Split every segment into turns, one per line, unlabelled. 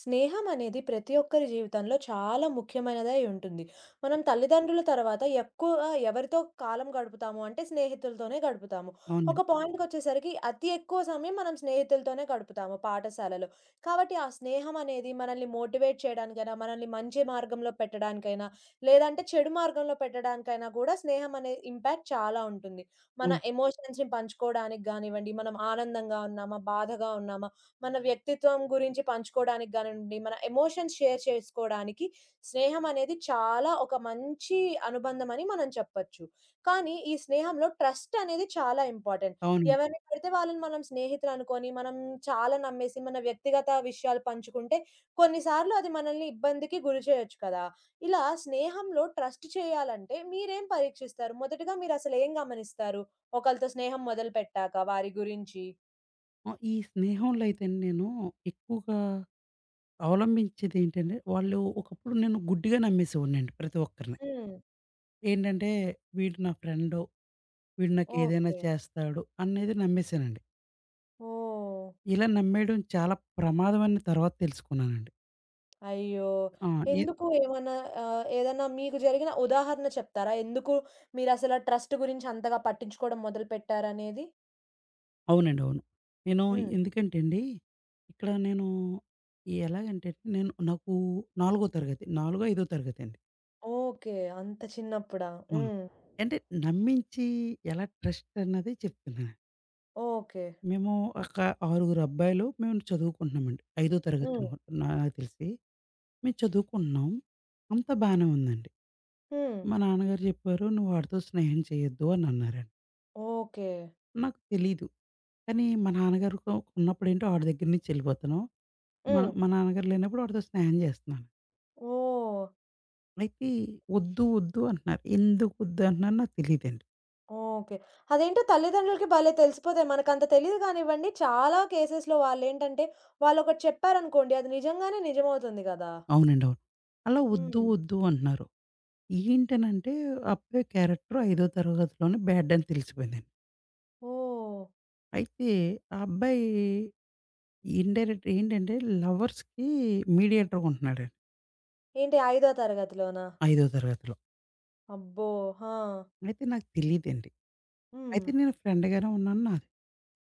స్నేహం అనేది ప్రతి ఒక్కరి జీవితంలో చాలా ముఖ్యమైనదై ఉంటుంది. మనం తల్లిదండ్రుల తర్వాత ఎక్కువ ఎవరితో కాలం గడుపుతాము అంటే స్నేహితులతోనే గడుపుతాము. ఒక
అవునండి.
హ్మ్. పాయింట్‌కొచ్చేసరికి అతి ఎక్కువ సమయం మనం స్నేహితులతోనే గడుపుతాము పాఠశాలలో. కాబట్టి ఆ స్నేహం అనేది మనల్ని మోటివేట్ చేయడానికైనా, మనల్ని మంచి మార్గంలో పెట్టడానికైనా, లేదంటే చెడు మార్గంలో పెట్టడానికైనా కూడా స్నేహం అనే ఇంపాక్ట్ చాలా ఉంటుంది. మన
అవును.
ఎమోషన్స్‌ని పంచుకోవడానికి గానివ్వండి, మనం ఆనందంగా ఉన్నామా, బాధగా ఉన్నామా మన వ్యక్తిత్వం గురించి పంచుకోవడానికి గానివ్వండి, మన ఎమోషన్స్ షేర్ చేసుకోవడానికి స్నేహం అనేది చాలా ఒక మంచి అనుబంధం అని మనం చెప్పొచ్చు. కానీ ఈ స్నేహంలో ట్రస్ట్ అనేది చాలా ఇంపార్టెంట్.
అవునండి.
ఎవరిని పడితే వాళ్ళని మనం స్నేహితులు అనుకోని, మనం చాలా నమ్మేసి మన వ్యక్తిగత విషయాలు పంచుకుంటే కొన్నిసార్లు అది మనల్ని ఇబ్బందికి గురి చేయొచ్చు కదా! ఇలా స్నేహంలో ట్రస్ట్ చేయాలంటే మీరేం పరీక్షిస్తారు? మొదటగా మీరసలు ఏం గమనిస్తారు? ఒకళ్ళతో స్నేహం మొదలుపెట్టాక వారి గురించి?
ఈ స్నేహంలో అయితే అండి నేను ఎక్కువగా అవలంబించేదేంటంటే, వాళ్ళు ఒకప్పుడు నేను గుడ్డిగా నమ్మేసేవాడినండి ప్రతి ఒక్కరిని.
హ్మ్.
ఏంటంటే వీడు నా ఫ్రెండు, వీడు నాకేదైనా
ఓకే.
చేస్తాడు అనేది నమ్మేసానండి.
ఓహ్!
ఇలా నమ్మేయడం చాలా ప్రమాదం అని తర్వాత తెలుసుకున్నానండి.
అయ్యో!
ఆ! ఏ
ఎందుకు ఏమన్నా ఏదన్నా మీకు జరిగిన ఉదాహరణ చెప్తారా? ఎందుకు మీరసల ట్రస్ట్ గురించి అంతగా పట్టించుకోవడం మొదలుపెట్టారనేది?
అవునండి. అవును. నేను
హ్మ్.
ఎందుకంటే అండి, ఇక్కడ నేను ఎలాగంటే నేను నాకు నాలుగో తరగతి, నాలుగో, ఐదో తరగతండి.
ఓకే. అంత చిన్నప్పుడా?
ఆ!
హ్మ్.
అంటే నమ్మించి ఎలా ట్రస్ట్ అన్నది చెప్తున్నాను.
ఓకే.
మేము ఒక ఆరుగురు అబ్బాయిలు మేము చదువుకుంటున్నామండి. ఐదో తరగతి
హ్మ్.
అనుకుంట నాకు తెలిసి. మేము చదువుకుంటున్నాం. అంతా బానే ఉందండి.
హ్మ్.
మా నాన్నగారు చెప్పారు, "నువ్వు వాడితో స్నేహం చేయొద్దు" అని అన్నారండి.
ఓకే.
నాకు తెలీదు. కానీ మా నాన్నగారితో ఉన్నప్పుడేంటో ఆడి దగ్గర నుంచి వెళ్ళిపోతాను. మా
హ్మ్.
మా నాన్నగారు లేనప్పుడు వాడితో స్నేహం చేస్తున్నాను.
ఓహ్!
అయితే "వద్దు, వద్దు" అంటున్నారు. ఎందుకు వద్దు అంటున్నారో నాకు తెలీదండి.
ఓకే. అదేంటో తల్లిదండ్రులకి భలే తెలిసిపోతాయి. మనకంత తెలీదు కానివ్వండి, చాలా కేసెస్‌లో వాళ్ళేంటంటే, వాళ్ళొకటి చెప్పారనుకోండి, అది నిజంగానే నిజమవుతుంది గదా!
అవునండి. అవును. అలా వద్దు,
హ్మ్.
వద్దు అంటున్నారు. ఏంటనంటే ఆ అబ్బాయి క్యారెక్టర్ ఐదో తరగతిలోనే బ్యాడ్ అని తెలిసిపోయిందండి.
ఓహ్!
అయితే ఆ అబ్బాయి ఇన్‌డైరెక్ట్ ఏంటంటే లవర్స్‌కి మీడియేటర్‌గా ఉంటున్నాడండి
ఏంటి ఐదో తరగతిలోనా?
ఐదో తరగతిలో.
అబ్బో! ఆ!
అయితే నాకు తెలీదండి.
హ్మ్.
అయితే నేను ఫ్రెండ్‌గానే ఉన్నాను నాది.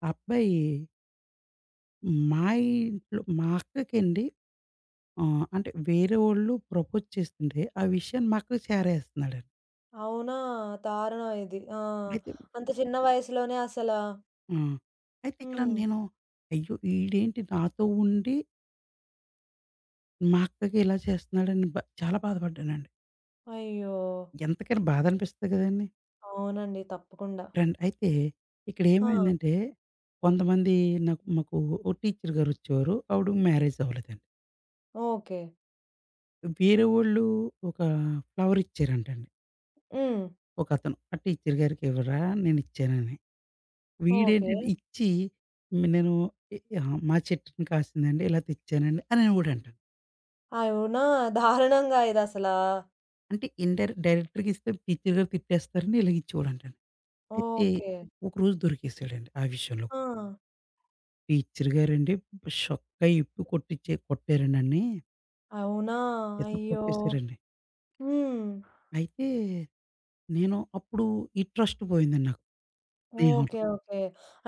ఆ అబ్బాయి మా ఇంట్లో మా అక్కకండి అంటే వేరే వోళ్ళు ప్రపోజ్ చేస్తుంటే ఆ విషయాన్ని మా అక్కకి చేరేస్తున్నాడండి.
అవునా? దారుణం ఇది. ఆ!
అయితే
అంత చిన్న వయసులోనే అసలా
ఆ! అయితే ఇక్కడ
హ్మ్.
నేను అయ్యో! ఈడేంటి నాతో ఉండి మా అక్కకి ఇలా చేస్తున్నాడని చాలా బాధపడ్డానండి.
అయ్యో!
ఎంతకైనా బాధనిపిస్తది కదండీ!
అవునండి. తప్పకుండా.
ఫ్రెండ్ అయితే ఇక్కడ
ఆ!
ఏమైందంటే కొంతమంది మాకు ఓ టీచర్ గారొచ్చేవారు. ఆవిడకి మ్యారేజ్ అవ్వలేదండి.
ఓకే.
వేరే వోళ్ళు ఒక ఫ్లవర్ ఇచ్చారంటండి.
హ్మ్.
ఒకతను ఆ టీచర్ గారికి ఇవ్వరా నేనిచ్చానని.
ఓకే.
వీడేంటంటే ఇచ్చి "మ్, నేను ఎ ఆహ్, మా చెట్టుని కాసిందండి ఇలా తెచ్చానండి అని వాడంటాడు.
అవునా? దారుణంగా ఇదసలా.
అంటే ఇన్‌డైరెక్ట్ డైరెక్టర్‌గా ఇస్తే టీచర్ గారు తిట్టేస్తారని ఇలాగ ఇచ్చేవాడంటండి. అయితే
ఓకే.
ఒకరోజు దొరికేసాడండి ఆ విషయంలో
ఆ!
కూడా. టీచర్ గారండి షొక్కయి ఇప్పి కొట్టారండి ఆడిని.
అవునా?
ఎత్తి
అయ్యో!
కొట్టేసారండి.
హ్మ్.
అయితే నేను అప్పుడు ఈ ట్రస్ట్ పోయిందండి నాకు స్నేహంలో.
ఓకే. ఓకే.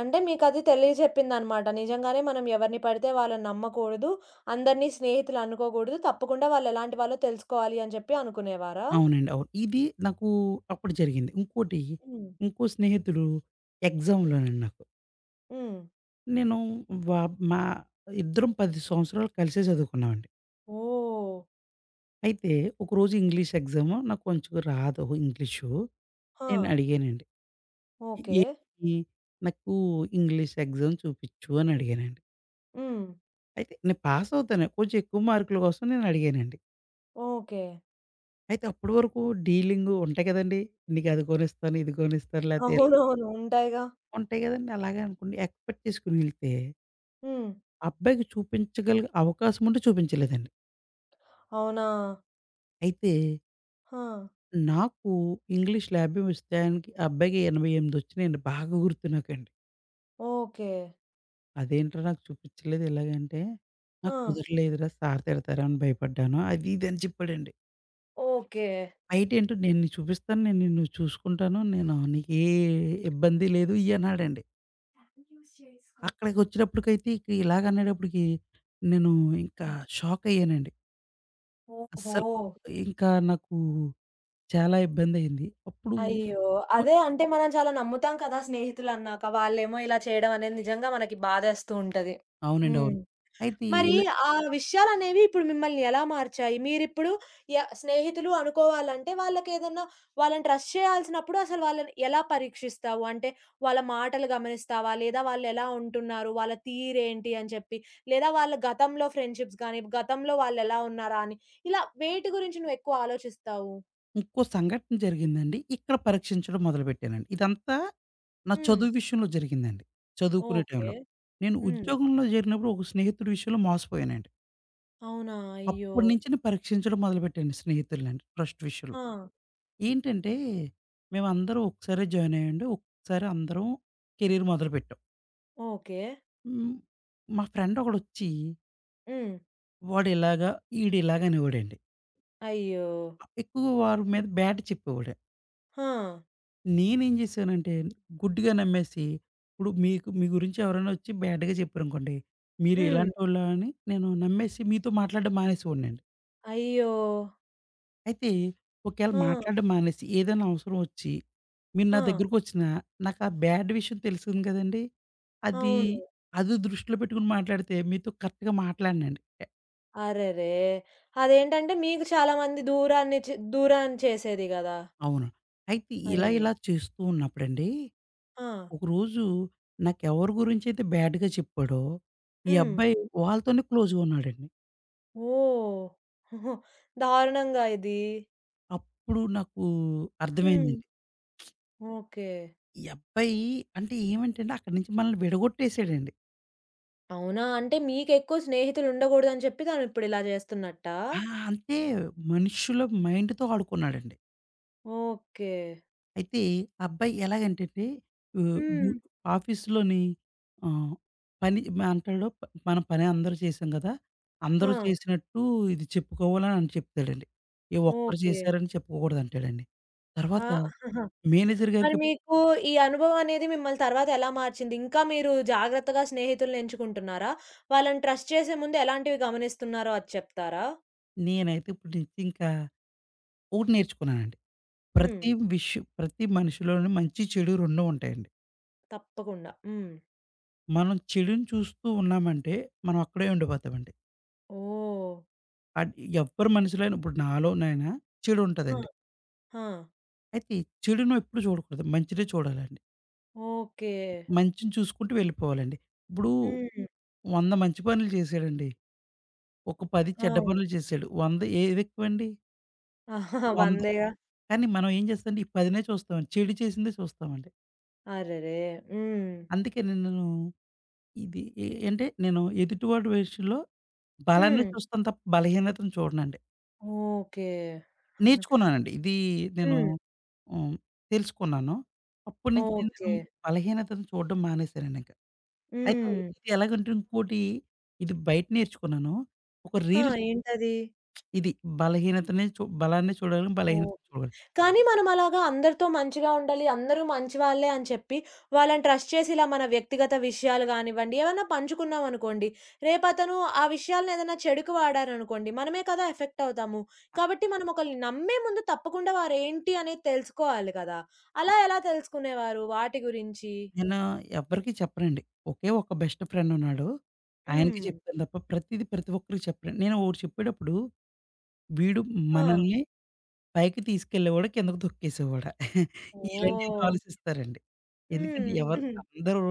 అంటే మీకది తెలియజెప్పిందనమాట. నిజంగానే మనం ఎవరిని పడితే వాళ్ళని నమ్మకూడదు. అందరిని స్నేహితులు అనుకోకూడదు. తప్పకుండా వాళ్ళెలాంటి వాళ్ళో తెలుసుకోవాలి అని చెప్పి అనుకునేవారా?
అవునండి. అవును. ఇది నాకు అప్పుడు జరిగింది. ఇంకోటి
హ్మ్.
ఇంకో స్నేహితుడు ఎగ్జామ్‌లోనండి నాకు.
హ్మ్.
నేను వా మా ఇద్దరం 10 సంవత్సరాలు కలిసే చదువుకున్నామండి.
ఓహ్!
అయితే ఒకరోజు ఇంగ్లీష్ ఎగ్జాము నాకు కొంచెం రాదు ఇంగ్లీషు.
ఆ!
నేను అడిగానండి.
ఓకే.
ఏమి నాకు ఇంగ్లీష్ ఎగ్జామ్ చూపిచ్చు అని అడిగానండి.
హ్మ్.
అయితే నేను పాస్ అవుతాను. కొంచెం ఎక్కువ మార్కుల కోసం నేను అడిగానండి.
ఓకే.
అయితే అప్పటి వరకు డీలింగు ఉంటాయి కదండీ! నీకు అది కొనిస్తాను, ఇది కొనిస్తాను లేతే ఇలా
అవునవును. ఉంటాయిగా.
ఉంటాయి కదండీ! అలాగే అనుకోండి ఎక్స్‌పెక్ట్ చేసుకొని వెళ్తే
హ్మ్.
ఆ అబ్బాయికి చూపించగల అవకాశం ఉంటే చూపించలేదండి.
అవునా!
అయితే
ఆ!
నాకు ఇంగ్లీష్ 50 వస్తే ఆయనకి ఆ అబ్బాయికి 88 వచ్చినాయండి. బాగా గుర్తు నాకండి.
ఓకే.
అదేంట్రా నాకు చూపించలేదు ఇలాగంటే,
ఆ!
"నాకు కుదరలేదురా సార్ తిడతారు అని భయపడ్డాను." అది ఇది అని చెప్పాడండి.
ఓకే.
బయటేంటో "నేను నీకు చూపిస్తాను. నేను నిన్ను చూసుకుంటాను. నేను నీకే ఇబ్బంది లేదు" ఇయి అన్నాడండి. అక్కడికొచ్చినప్పటికైతే ఇక ఇలాగనేటప్పటికి నేను ఇంకా షాక్ అయ్యానండి.
ఓహో!
అస్సలు ఇంకా నాకు చాలా ఇబ్బందయింది. అప్పుడు
అయ్యో!
కొ
అదే అంటే మనం చాలా నమ్ముతాం కదా! స్నేహితులన్నాక. వాళ్ళేమో ఇలా చేయడం అనేది నిజంగా మనకి బాధేస్తూ ఉంటది.
అవునండి.
హ్మ్.
అవును. అయితే
మరి
ఇలా
ఆ విషయాలనేవి ఇప్పుడు మిమ్మల్ని ఎలా మార్చాయి? మీరిప్పుడు య స్నేహితులు అనుకోవాలంటే వాళ్ళకేదన్నా వాళ్ళని ట్రస్ట్ చేయాల్సినప్పుడు అసలు వాళ్ళని ఎలా పరీక్షిస్తావు? అంటే వాళ్ళ మాటలు గమనిస్తావా? లేదా వాళ్ళెలా ఉంటున్నారు? వాళ్ళ తీరేంటి అని చెప్పి? లేదా వాళ్ళ గతంలో ఫ్రెండ్‌షిప్స్ గాని, గతంలో వాళ్ళెలా ఉన్నారా అని ఇలా వేటి గురించి నువ్వెక్కువ ఆలోచిస్తావు?
ఇంకో సంఘటన జరిగిందండి. ఇక్కడ పరీక్షించడం మొదలుపెట్టానండి. ఇదంతా నా
హ్మ్.
చదువు విషయంలో జరిగిందండి. చదువుకునే
ఓకే.
టైంలో. నేను
హ్మ్.
ఉద్యోగంలో చేరినప్పుడు ఒక స్నేహితుడి విషయంలో మోసపోయానండి.
అవునా! అయ్యో!
అప్పటి నుంచి నేను పరీక్షించడం మొదలుపెట్టాను స్నేహితుల్నండి ట్రస్ట్ విషయంలో.
ఆ!
ఏంటంటే మేమందరం ఒకసారే జాయిన్ అయ్యామండి. ఒకసారి అందరం కెరీర్ మొదలుపెట్టాం.
ఓకే.
హ్మ్. మా ఫ్రెండ్ ఒకడొచ్చి
హ్మ్.
వాడు ఇలాగా, ఈడు ఇలాగా అనేవాడండి.
అయ్యో!
ఎక్కువగా వారి మీద బ్యాడ్ చెప్పేవాడండి.
ఆ!
నేనేం జేశానంటే, గుడ్డిగా నమ్మేసి, ఇప్పుడు మీకు మీ గురించి ఎవరైనా ఒచ్చి బ్యాడ్‌గా చెప్పారనుకోండి, మీరు
హ్మ్.
ఇలాంటోళ్ళా అని నేను నమ్మేసి మీతో మాట్లాడడం మానేసేవాడినండి.
అయ్యో!
అయితే, ఒకేళ
ఆ!
మాట్లాడడం మానేసి ఏదైనా అవసరం ఒచ్చి, మీరు నా
ఆ!
దగ్గరకొచ్చినా, నాకా బ్యాడ్ విషయం తెలుస్తుంది కదండీ! అది,
అవును.
అది దృష్టిలో పెట్టుకొని మాట్లాడితే మీతో కరెక్ట్‌గా మాట్లాడనండి.
అరెరే! అదేంటంటే మీకు చాలా మంది దూరాన్ని చేసేది గదా!
అవును. అయితే ఇలా
అయ్యో!
ఇలా చేస్తూ ఉన్నప్పుడండి
ఆ!
ఒకరోజు నాకెవరి గురించైతే బ్యాడ్‌గా చెప్పాడో, ఈ
హ్మ్.
అబ్బాయి వాళ్ళతోనే క్లోజ్‌గా ఉన్నాడండి.
ఓహ్! దారుణంగా ఇది.
అప్పుడు నాకు
హ్మ్.
అర్థమైందండి.
ఓకే.
ఈ అబ్బాయి అంటే ఏమంటే అండి అక్కడి నుంచి మనల్ని విడగొట్టేసాడండి.
అవునా! అంటే మీకెక్కువ స్నేహితులు ఉండగూడదని చెప్పి తను ఇప్పుడు ఇలా జేస్తున్నట్టా?
ఆ! అంటే మనుషుల మైండ్‌తో ఆడుకున్నాడండి.
ఓకే.
అయితే ఆ అబ్బాయి ఎలాగంటే అండి ఆహ్, డు
హ్మ్.
ఆఫీస్‌లోని ఆహ్, పని అంటాడు మనం పని అందరూ చేసాం కదా!
ఆ!
అందరూ చేసినట్టు ఇది చెప్పుకోవాలని అని చెప్తాడండి. ఏ ఒక్కరు
ఓకే.
చేశారని చెప్పుకోకూడదు అంటాడండి.
ఆ!
తర్వాత మేనేజర్
మరి
గారికి
మీకు ఈ అనుభవం అనేది మిమ్మల్ని తర్వాత ఎలా మార్చింది? ఇంకా మీరు జాగ్రత్తగా స్నేహితుల్ని ఎంచుకుంటున్నారా? వాళ్ళని ట్రస్ట్ చేసే ముందు ఎలాంటివి గమనిస్తున్నారో అది చెప్తారా?
నేనైతే ఇప్పటి నుంచి ఇంకా ఒకటి నేర్చుకున్నానండి.
హ్మ్.
ప్రతి విషయం ప్రతి మనిషిలోని మంచి, చెడు 2 ఉంటాయండి.
తప్పకుండా. హ్మ్.
మనం చెడుని చూస్తూ ఉన్నామంటే మనం అక్కడే ఉండిపోతామండి.
ఓహ్!
అడ్ ఎవ్వరి మనిషిలోనైనా ఇప్పుడు నాలోనైనా చెడు
ఆ!
ఉంటదండి.
ఆ!
అయితే ఈ చెడును ఎప్పుడు చూడకూడదు. మంచినే చూడాలండి.
ఓకే.
మంచిని చూసుకుంటూ వెళ్ళిపోవాలండి. ఇప్పుడు
హ్మ్.
100 మంచి పనులు చేశాడండి. ఒక 10 చెడ్డ
అవును.
పనులు చేశాడు. 100 ఏది ఎక్కువండి? 100.
వందేగా.
కానీ మనం ఏం చేస్తామంటే ఈ 10నే చూస్తామండి. చెడు చేసిందే చూస్తామండి.
అరెరే! హ్మ్.
అందుకే నేను ఇది ఎ అంటే నేను ఎదుటివాడి విషయంలో బలాన్ని
హ్మ్.
చూస్తాను తప్ప బలహీనతను చూడనండి.
ఓకే.
నేర్చుకున్నానండి. ఇది నేను
హ్మ్.
హ్మ్. తెలుసుకున్నాను. అప్పటి నుంచి నేను
ఓకే.
బలహీనతను చూడడం మానేశానండి ఇంక. అయితే
హ్మ్.
ఇది ఎలాగంటే ఇంకోటి ఇది బయట నేర్చుకున్నాను. ఒక
ఆ!
రీల్
ఏంటది?
ఇది బలహీనతని చూ బలాన్ని చూడాలి,
ఓహ్!
బలహీనతను చూడాలి.
కానీ మనం అలాగా అందరితో మంచిగా ఉండాలి. అందరూ మంచివాళ్ళే అని చెప్పి, వాళ్ళని ట్రస్ట్ చేసి ఇలా మన వ్యక్తిగత విషయాలు గానివ్వండి, ఏవన్నా పంచుకున్నామనుకోండి, రేపతను ఆ విషయాలను ఏదైనా చెడుకు వాడారనుకోండి, మనమే కదా ఎఫెక్ట్ అవుతాము. కాబట్టి మనం ఒకళ్ళని నమ్మే ముందు తప్పకుండా వారేంటి అనేది తెలుసుకోవాలి కదా! అలా ఎలా తెలుసుకునేవారు వాటి గురించి?
నేను ఎవ్వరికీ చెప్పనండి. ఒకే ఒక బెస్ట్ ఫ్రెండ్ ఉన్నాడు. ఆయనకి
హ్మ్.
చెప్తాను తప్ప ప్రతీది ప్రతి ఒక్కరికి చెప్పను. నేను ఒకటి చెప్పేటప్పుడు వీడు
ఆ!
మనల్ని పైకి తీసుకెళ్ళేవాడు, కిందకి తొక్కేసేవాడా. ఇలాంటివి
ఓహ్!
ఆలోచిస్తారండి. ఎందుకంటే
హ్మ్.
అందరూ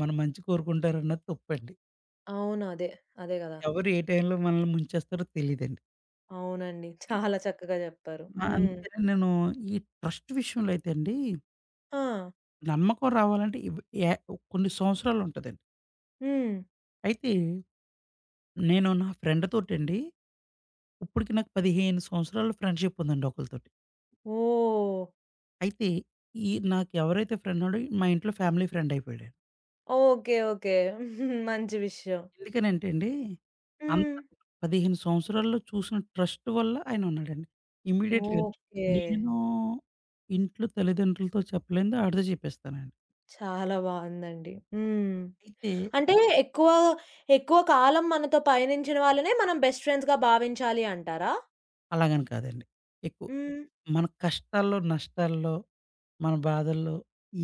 మన మంచి కోరుకుంటారన్నది తప్పండి.
అవును. అదే. అదే గదా!
ఎవరు ఏ టైంలో మనల్ని ముంచేస్తారో తెలీదండి.
అవునండి. చాలా చక్కగా జెప్పారు. హ్మ్.
అందుకని నేను ఈ ట్రస్ట్ విషయంలో అయితే అండి,
ఆ!
నమ్మకం రావాలంటే ఇవ్ యా కొన్ని సంవత్సరాలుంటదండి.
హ్మ్.
అయితే నేను నా ఫ్రెండ్ తోటండి ఇప్పటికి నాకు 15 సంవత్సరాలు ఫ్రెండ్‌షిప్ ఉందండి ఒకళ్ళతోటి.
ఓహ్!
అయితే ఈ నాకు ఎవరైతే ఫ్రెండ్ ఉన్నాడో మా ఇంట్లో ఫ్యామిలీ ఫ్రెండ్ అయిపోయాడండి.
ఓకే. ఓకే. మంచి విషయం.
ఎందుకనంటే అండి, అంత
హ్మ్.
15 సంవత్సరాల్లో చూసిన ట్రస్ట్ వల్ల ఆయనున్నాడండి. ఇమ్మీడియేట్‌గా
ఓకే.
నేను ఇంట్లో తల్లిదండ్రులతో చెప్పలేనిది ఆడితో చెప్పేస్తానండి.
చాలా బావుందండి. హ్మ్.
అయితే
అంటే ఎక్కువ, ఎక్కువ కాలం మనతో పయనించిన వాళ్ళనే మనం బెస్ట్ ఫ్రెండ్స్‌గా భావించాలి అంటారా?
అలాగని కాదండి. ఎక్కువ
హ్మ్.
మన కష్టాల్లో, నష్టాల్లో, మన బాధల్లో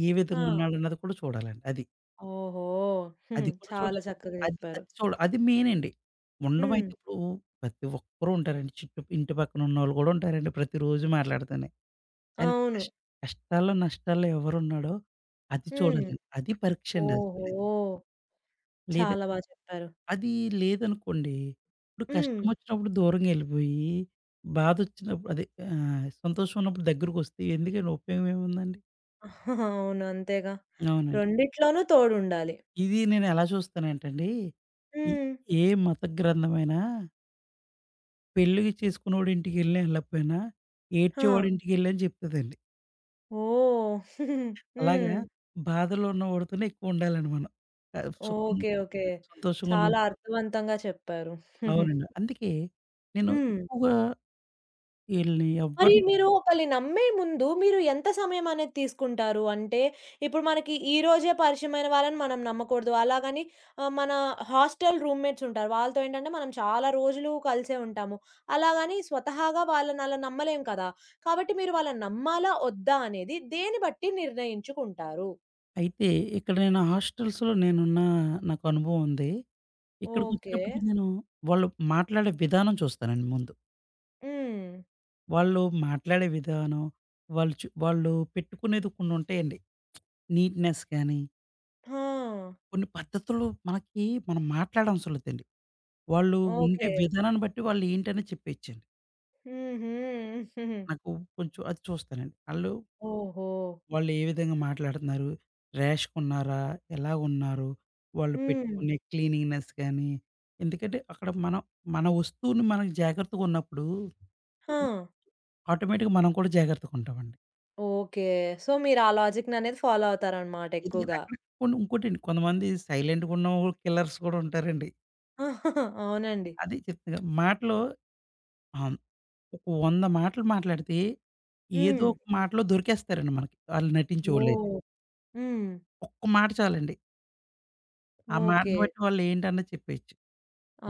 ఏ విధంగా
ఆ!
ఉన్నాడన్నది కూడా చూడాలండి. అది.
ఓహో!
అది కూడా
చాలా
చూడాలి.
చక్కగా
అది
చెప్పారు.
అది చూడ అది మెయినండి.
హ్మ్.
ఇప్పుడు ప్రతి ఒక్కరు ఉంటారండి. చుట్టు ఇంటి పక్కన ఉన్నోళ్ళు కూడా ఉంటారండి. ప్రతిరోజు మాట్లాడతానే కానీ
అవును.
కష్టాల్లో, నష్టాల్లో ఎవరున్నాడో అది
హ్మ్.
చూడాలండి. అది పరీక్షండి అసలు.
ఓహో!
లేద
చాలా చెప్పారు.
అది లేదనుకోండి, ఇప్పుడు
హ్మ్.
కష్టమొచ్చినప్పుడు దూరంగా ఎళ్ళిపోయి, బాధొచ్చినప్పుడు సంతోషం ఉన్నప్పుడు దగ్గరకొస్తే ఎందుకండి ఉపయోగం ఏముందండి?
అవును. అంతేగా.
అవునండి.
రెండిట్లోనూ తోడుండాలి.
ఇది నేనెలా చూస్తానంటండి, ఈ
హ్మ్.
ఏ మత గ్రంథమైనా పెళ్లి చేసుకున్నోడి ఇంటికెళ్ళినా, ఎళ్ళకపోయినా
ఆ!
ఏడ్చేవాడి ఇంటికెళ్ళి అని చెప్తదండి.
ఓహ్!
అలాగా
హ్మ్.
బాధలో ఉన్నవాడితోనే ఎక్కువుండాలండి మనం. ఆహ్, సుఖం
ఓకే. ఓకే.
సంతోషంగున్న
చాలా అర్థవంతంగా చెప్పారు.
అవునండి. అందుకే నేను
హ్మ్.
ఎక్కువగా ఈళ్ళని
మరి
ఎవ్వరిని
మీరు ఒకళ్ళని నమ్మే ముందు మీరు ఎంత సమయం అనేది తీసుకుంటారు? అంటే ఇప్పుడు మనకి ఈ రోజే పరిచయమైన వాళ్ళని మనం నమ్మకూడదు. అలాగని మన హాస్టల్ రూమ్‌మేట్స్ ఉంటారు. వాళ్ళతో ఏంటంటే మనం చాలా రోజులు కలిసే ఉంటాము. అలాగని స్వతహాగా వాళ్ళని అలా నమ్మలేం కదా! కాబట్టి మీరు వాళ్ళని నమ్మాలా? వద్దా? అనేది దేన్ని బట్టి నిర్ణయించుకుంటారు?
అయితే ఇక్కడ నేను హాస్టల్స్‌లో నేనున్న నాకు అనుభవం ఉంది.
ఓకే.
ఇక్కడికొచ్చినప్పటికి నేను వాళ్ళు మాట్లాడే విధానం చూస్తానండి ముందు.
హ్మ్.
వాళ్ళు మాట్లాడే విధానం, వాళ్ళు పెట్టుకునేది కొన్ని ఉంటాయండి. నీట్‌నెస్ కానీ,
ఆ!
కొన్ని పద్ధతులు మనకి మనం మాట్లాడనవసరం లేదండి. వాళ్ళు ఉండే
ఓకే.
విధానాన్ని బట్టి వాళ్ళు ఏంటనేది చెప్పేయొచ్చండి.
హుహు.
నాకు కొంచెం అది చూస్తానండి.
ఓహో!
వాళ్ళు ఏ విధంగా మాట్లాడుతున్నారు? ర్యాష్‌గున్నారా? ఎలాగున్నారు? వాళ్ళు
హ్మ్.
పెట్టుకునే క్లీనింగ్‌నెస్ కానీ, ఎందుకంటే అక్కడ మనం మన వస్తువుని మనం జాగ్రత్తగున్నప్పుడు
ఆ!
ఆటోమేటిక్‌గా మనం కూడా జాగ్రత్తగుంటామండి.
ఓకే. సో, మీరు ఆ లాజిక్‌ననేది ఫాలో అవుతారనమాట
ఎందుకంటే
ఎక్కువగా.
అక్కడ ఇంకోటండి కొంతమంది సైలెంట్‌గున్న వాళ్ళు కిల్లర్స్ కూడా ఉంటారండి.
అవునండి.
అది చెప్తున్నా మాటలు ఆహ్, ఒక 100 మాటలు మాట్లాడితే ఏదో
హ్మ్.
ఒక మాటలో దొరికేస్తారండి మనకి. ఆళ్ళు నటించేవోళ్ళైతే.
ఓహ్! హ్మ్.
ఒక్క మాట చాలండి. ఆ
ఓకే.
మాటను బట్టి వాళ్ళు ఏంటన్నది చెప్పేయొచ్చు.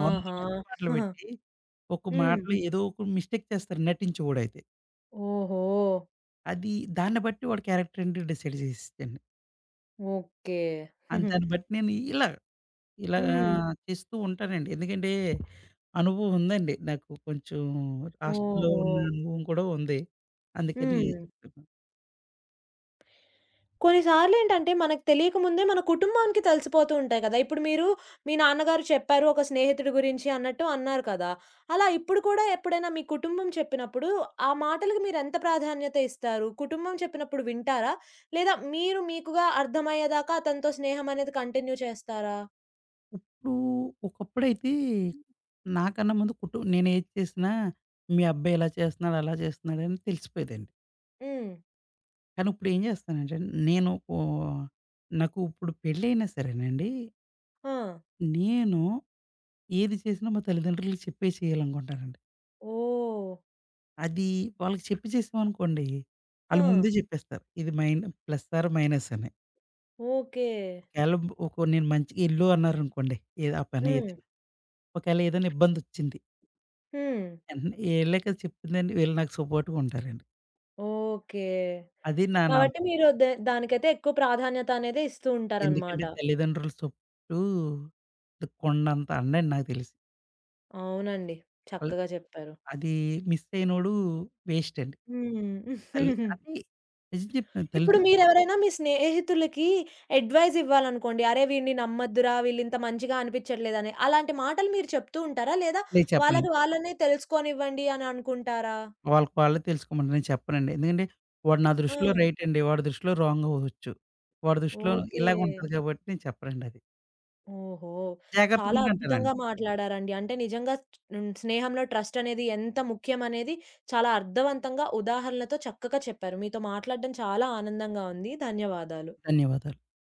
100
ఆహా!
మంచి పాటలు పెట్టి, ఒక హ్మ్.
హ్మ్.
మాటలో ఏదో ఒక మిస్టేక్ చేస్తారు నటించేవాడైతే.
ఓహో!
అది దాన్ని బట్టి వాడి క్యారెక్టర్ ఏంటో డిసైడ్ చేసిద్దండి.
ఓకే.
అండ్ దాన్ని
హుహు.
బట్టి నేను ఇలా
హ్మ్.
చేస్తూ ఉంటానండి. ఎందుకంటే అనుభవం ఉందండి. నాకు కొంచెం రాష్ట్రంలో
ఓహో!
ఉన్న అనుభవం కూడా ఉంది. అందుకని హ్మ్.
హ్మ్.
చెప్తున్నా.
కొన్నిసార్లేంటంటే మనకు తెలియకముందే మన కుటుంబానికి తెలిసిపోతూ ఉంటాయి కదా! ఇప్పుడు మీరు మీ నాన్నగారు చెప్పారు ఒక స్నేహితుడి గురించి అన్నట్టు అన్నారు కదా! అలా ఇప్పుడు కూడా ఎప్పుడైనా మీ కుటుంబం చెప్పినప్పుడు ఆ మాటలకి మీరెంత ప్రాధాన్యత ఇస్తారు? కుటుంబం చెప్పినప్పుడు వింటారా? లేదా మీరు మీకుగా అర్థమయ్యేదాకా అతనితో స్నేహం అనేది కంటిన్యూ చేస్తారా?
ఇప్పుడు ఒకప్పుడైతే నాకన్నా ముందు కుటు నేను ఏది చేసినా, మీ అబ్బాయి ఇలా చేస్తున్నాడు, అలా చేస్తున్నాడని తెలిసిపోయేదండి.
హ్మ్.
కానీ ఇప్పుడేం జేస్తానంటే నేను ఓ నాకు ఇప్పుడు పెళ్ళయినా సరేనండి,
ఆ!
నేను ఏది చేసినా మా తల్లిదండ్రులకి చెప్పే చేయాలనుకుంటానండి.
ఓహ్!
అది వాళ్ళకి చెప్పి చేసామనుకోండి,
ఆ!
ఆళ్ళు ముందే జెప్పేస్తారు. ఇది మైన్ ప్లస్ ఆర్ మైనస్ అని.
ఓకే.
ఒకేళ ఒక నేను మంచిగా ఎళ్ళు అన్నారనుకోండి, ఏది ఆ పని
హ్మ్.
ఏదైనా. ఒకేళ ఏదైనా ఇబ్బందొచ్చింది,
హ్మ్.
వెంటనే ఈళ్ళే కదా చెప్తుందని వీళ్ళు నాకు సపోర్ట్‌గా ఉంటారండి.
ఓకే.
అది నా నమ్మకం.
కాబట్టి మీరు దానికైతే ఎక్కువ ప్రాధాన్యత అనేది ఇస్తూ ఉంటారనమాట.
ఎందుకంటే తల్లిదండ్రుల సపోర్టు కొండంత అండండి నాకు తెలిసి.
అవునండి. చక్కగా చెప్పారు.
అది మిస్ అయినోడు వేస్ట్ అండి.
హ్మ్.
తల్లి అంటే నిజం చెప్తున్నాను
ఇప్పుడు
తల్లిద
మీరెవరైనా మీ స్నేహితులకి అడ్వైస్ ఇవ్వాలనుకోండి. అరే! వీడిని నమ్మొద్దురా! వీళ్ళింత మంచిగా అనిపిచ్చట్లేదని. అలాంటి మాటలు మీరు చెప్తూ ఉంటారా? లేదా
నేను
వాళ్ళకి
చెప్పనండి.
వాళ్ళనే తెలుసుకోనివ్వండి అని అనుకుంటారా?
వాళ్ళకి వాళ్ళే తెలుసుకోమండి. నేను చెప్పనండి. ఎందుకంటే వాడు నా
ఆ!
దృష్టిలో రైట్ అండి. వాడి దృష్టిలో రాంగ్ అవ్వచ్చు. వాడి దృష్టిలో
ఓకే.
ఇలాగుంటది కాబట్టి నేను చెప్పనండి అది.
ఓహో! చాలా
జాగ్రత్తగుండు
అద్భుతంగా
అంటానండి.
మాట్లాడారండి. అంటే నిజంగా హ్మ్. స్నేహంలో ట్రస్ట్ అనేది ఎంత ముఖ్యమనేది చాలా అర్థవంతంగా ఉదాహరణలతో చక్కగా చెప్పారు. మీతో మాట్లాడడం చాలా ఆనందంగా ఉంది. ధన్యవాదాలు.
ధన్యవాదాలు.